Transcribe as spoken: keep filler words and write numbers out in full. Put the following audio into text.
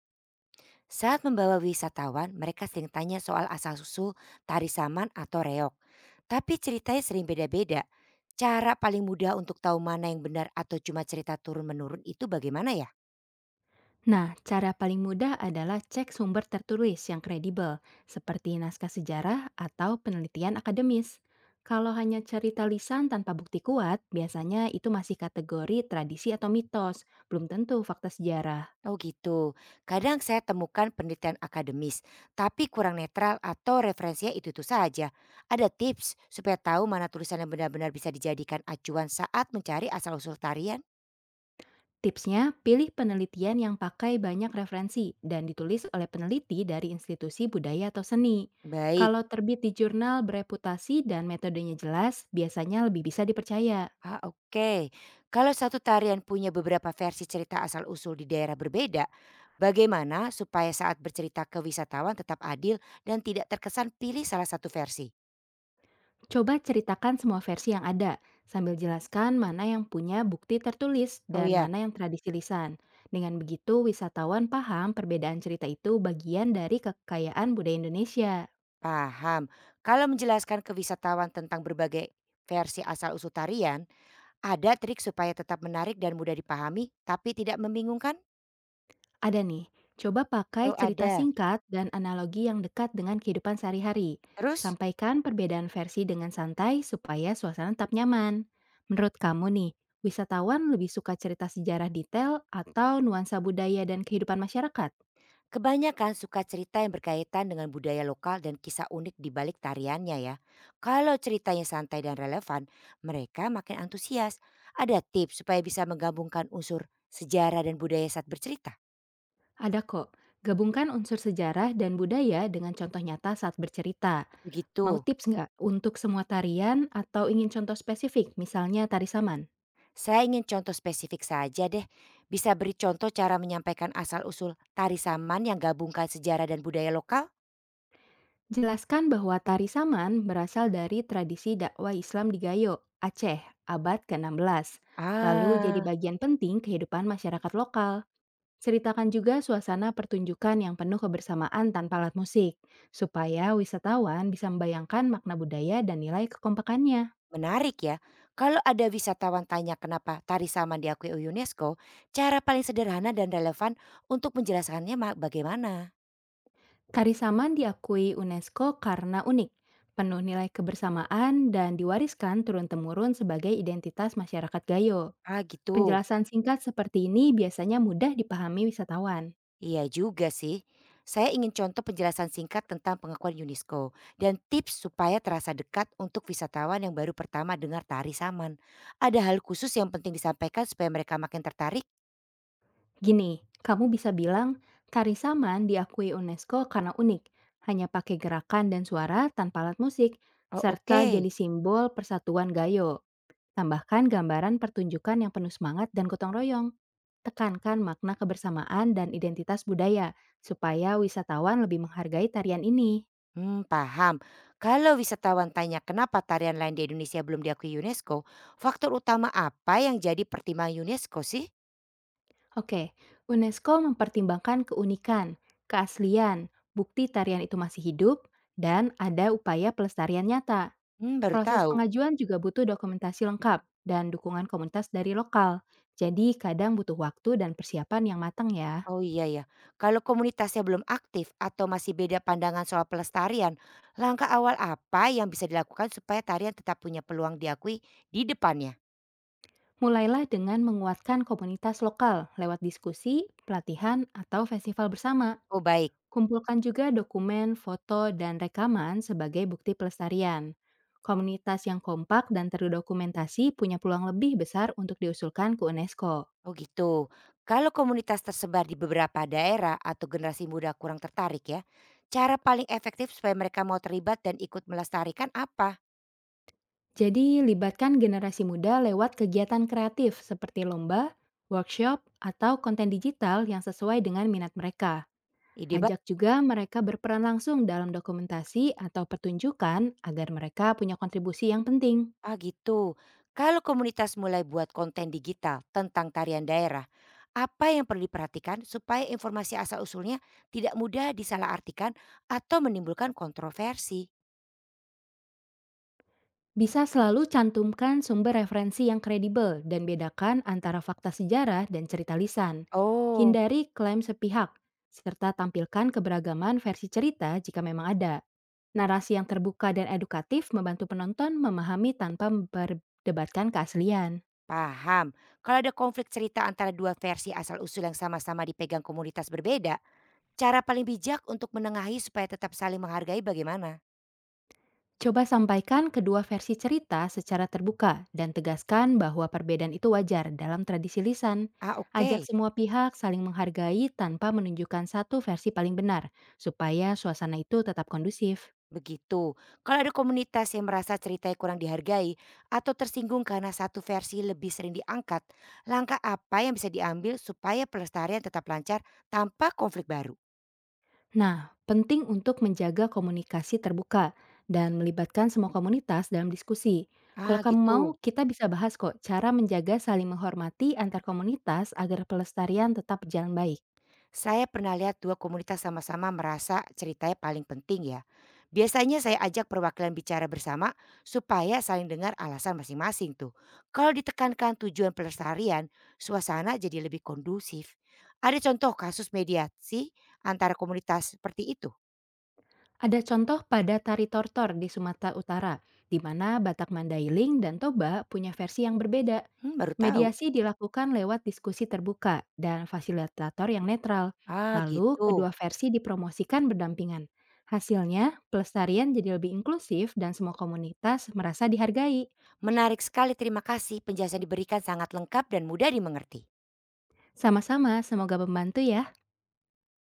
Saat membawa wisatawan, mereka sering tanya soal asal-usul tari saman atau reok. Tapi ceritanya sering beda-beda. Cara paling mudah untuk tahu mana yang benar atau cuma cerita turun-menurun itu bagaimana ya? Nah, cara paling mudah adalah cek sumber tertulis yang kredibel, seperti naskah sejarah atau penelitian akademis. Kalau hanya cerita lisan tanpa bukti kuat, biasanya itu masih kategori tradisi atau mitos, belum tentu fakta sejarah. Oh gitu. Kadang saya temukan penelitian akademis, tapi kurang netral atau referensinya itu-itu saja. Ada tips supaya tahu mana tulisan yang benar-benar bisa dijadikan acuan saat mencari asal-usul tarian? Tipsnya, pilih penelitian yang pakai banyak referensi dan ditulis oleh peneliti dari institusi budaya atau seni. Baik. Kalau terbit di jurnal bereputasi dan metodenya jelas, biasanya lebih bisa dipercaya. Ah, oke. Kalau satu tarian punya beberapa versi cerita asal-usul di daerah berbeda, bagaimana supaya saat bercerita ke wisatawan tetap adil dan tidak terkesan pilih salah satu versi? Coba ceritakan semua versi yang ada, sambil jelaskan mana yang punya bukti tertulis Oh dan ya, mana yang tradisi lisan. Dengan begitu, wisatawan paham perbedaan cerita itu bagian dari kekayaan budaya Indonesia. paham. Kalau menjelaskan ke wisatawan tentang berbagai versi asal-usul tarian, ada trik supaya tetap menarik dan mudah dipahami tapi tidak membingungkan? Ada nih, coba pakai Oh, cerita ada. singkat dan analogi yang dekat dengan kehidupan sehari-hari. Terus? Sampaikan perbedaan versi dengan santai supaya suasana tetap nyaman. Menurut kamu nih, wisatawan lebih suka cerita sejarah detail atau nuansa budaya dan kehidupan masyarakat? Kebanyakan suka cerita yang berkaitan dengan budaya lokal dan kisah unik di balik tariannya ya. Kalau ceritanya santai dan relevan, mereka makin antusias. Ada tips supaya bisa menggabungkan unsur sejarah dan budaya saat bercerita? Ada kok, gabungkan unsur sejarah dan budaya dengan contoh nyata saat bercerita. Mau Begitu. tips nggak untuk semua tarian atau ingin contoh spesifik, misalnya tari saman? Saya ingin contoh spesifik saja deh. Bisa beri contoh cara menyampaikan asal-usul tari saman yang gabungkan sejarah dan budaya lokal? Jelaskan bahwa tari saman berasal dari tradisi dakwah Islam di Gayo, Aceh, abad keenam belas, lalu jadi Ah. bagian penting kehidupan masyarakat lokal. Ceritakan juga suasana pertunjukan yang penuh kebersamaan tanpa alat musik, supaya wisatawan bisa membayangkan makna budaya dan nilai kekompakannya. Menarik ya. Kalau ada wisatawan tanya kenapa tari saman diakui UNESCO, cara paling sederhana dan relevan untuk menjelaskannya ma- bagaimana? Karisaman diakui UNESCO karena unik, penuh nilai kebersamaan, dan diwariskan turun-temurun sebagai identitas masyarakat Gayo. Ah gitu. Penjelasan singkat seperti ini biasanya mudah dipahami wisatawan. Iya juga sih. Saya ingin contoh penjelasan singkat tentang pengakuan UNESCO dan tips supaya terasa dekat untuk wisatawan yang baru pertama dengar tari saman. Ada hal khusus yang penting disampaikan supaya mereka makin tertarik? Gini, kamu bisa bilang, Karisaman diakui UNESCO karena unik, hanya pakai gerakan dan suara tanpa alat musik, Oh serta oke. jadi simbol persatuan Gayo. Tambahkan gambaran pertunjukan yang penuh semangat dan gotong royong. Tekankan makna kebersamaan dan identitas budaya supaya wisatawan lebih menghargai tarian ini. Hmm, paham. Kalau wisatawan tanya kenapa tarian lain di Indonesia belum diakui UNESCO, faktor utama apa yang jadi pertimbangan UNESCO sih? Oke, UNESCO mempertimbangkan keunikan, keaslian, bukti tarian itu masih hidup, dan ada upaya pelestarian nyata. Hmm, baru Proses tahu. pengajuan juga butuh dokumentasi lengkap dan dukungan komunitas dari lokal. Jadi kadang butuh waktu dan persiapan yang matang ya. Oh iya ya, kalau komunitasnya belum aktif atau masih beda pandangan soal pelestarian, langkah awal apa yang bisa dilakukan supaya tarian tetap punya peluang diakui di depannya? Mulailah dengan menguatkan komunitas lokal lewat diskusi, pelatihan, atau festival bersama. Oh baik. Kumpulkan juga dokumen, foto, dan rekaman sebagai bukti pelestarian. Komunitas yang kompak dan terdokumentasi punya peluang lebih besar untuk diusulkan ke UNESCO. Oh gitu. Kalau komunitas tersebar di beberapa daerah atau generasi muda kurang tertarik ya, cara paling efektif supaya mereka mau terlibat dan ikut melestarikan apa? Jadi, libatkan generasi muda lewat kegiatan kreatif seperti lomba, workshop, atau konten digital yang sesuai dengan minat mereka. Ide ba Ajak juga mereka berperan langsung dalam dokumentasi atau pertunjukan agar mereka punya kontribusi yang penting. ah gitu. Kalau komunitas mulai buat konten digital tentang tarian daerah, apa yang perlu diperhatikan supaya informasi asal-usulnya tidak mudah disalahartikan atau menimbulkan kontroversi? Bisa selalu cantumkan sumber referensi yang kredibel dan bedakan antara fakta sejarah dan cerita lisan. Oh, Hindari klaim sepihak, serta tampilkan keberagaman versi cerita jika memang ada. Narasi yang terbuka dan edukatif membantu penonton memahami tanpa memperdebatkan keaslian. paham. Kalau ada konflik cerita antara dua versi asal-usul yang sama-sama dipegang komunitas berbeda, cara paling bijak untuk menengahi supaya tetap saling menghargai bagaimana? Coba sampaikan kedua versi cerita secara terbuka dan tegaskan bahwa perbedaan itu wajar dalam tradisi lisan. Ah, Ajak oke. semua pihak saling menghargai tanpa menunjukkan satu versi paling benar, supaya suasana itu tetap kondusif. Begitu. Kalau ada komunitas yang merasa ceritanya kurang dihargai atau tersinggung karena satu versi lebih sering diangkat, langkah apa yang bisa diambil supaya pelestarian tetap lancar tanpa konflik baru? Nah, penting untuk menjaga komunikasi terbuka dan melibatkan semua komunitas dalam diskusi. Ah, Kalau kamu mau, gitu. kita bisa bahas kok cara menjaga saling menghormati antar komunitas agar pelestarian tetap berjalan baik. Saya pernah lihat dua komunitas sama-sama merasa ceritanya paling penting ya. Biasanya saya ajak perwakilan bicara bersama supaya saling dengar alasan masing-masing tuh. Kalau ditekankan tujuan pelestarian, suasana jadi lebih kondusif. Ada contoh kasus mediasi antara komunitas seperti itu? Ada contoh pada tari tortor di Sumatera Utara, di mana Batak Mandailing dan Toba punya versi yang berbeda. Hmm, baru tahu. Mediasi dilakukan lewat diskusi terbuka dan fasilitator yang netral. Ah Lalu, gitu. kedua versi dipromosikan berdampingan. Hasilnya, pelestarian jadi lebih inklusif dan semua komunitas merasa dihargai. Menarik sekali, terima kasih. Penjelasan diberikan sangat lengkap dan mudah dimengerti. Sama-sama, semoga membantu ya.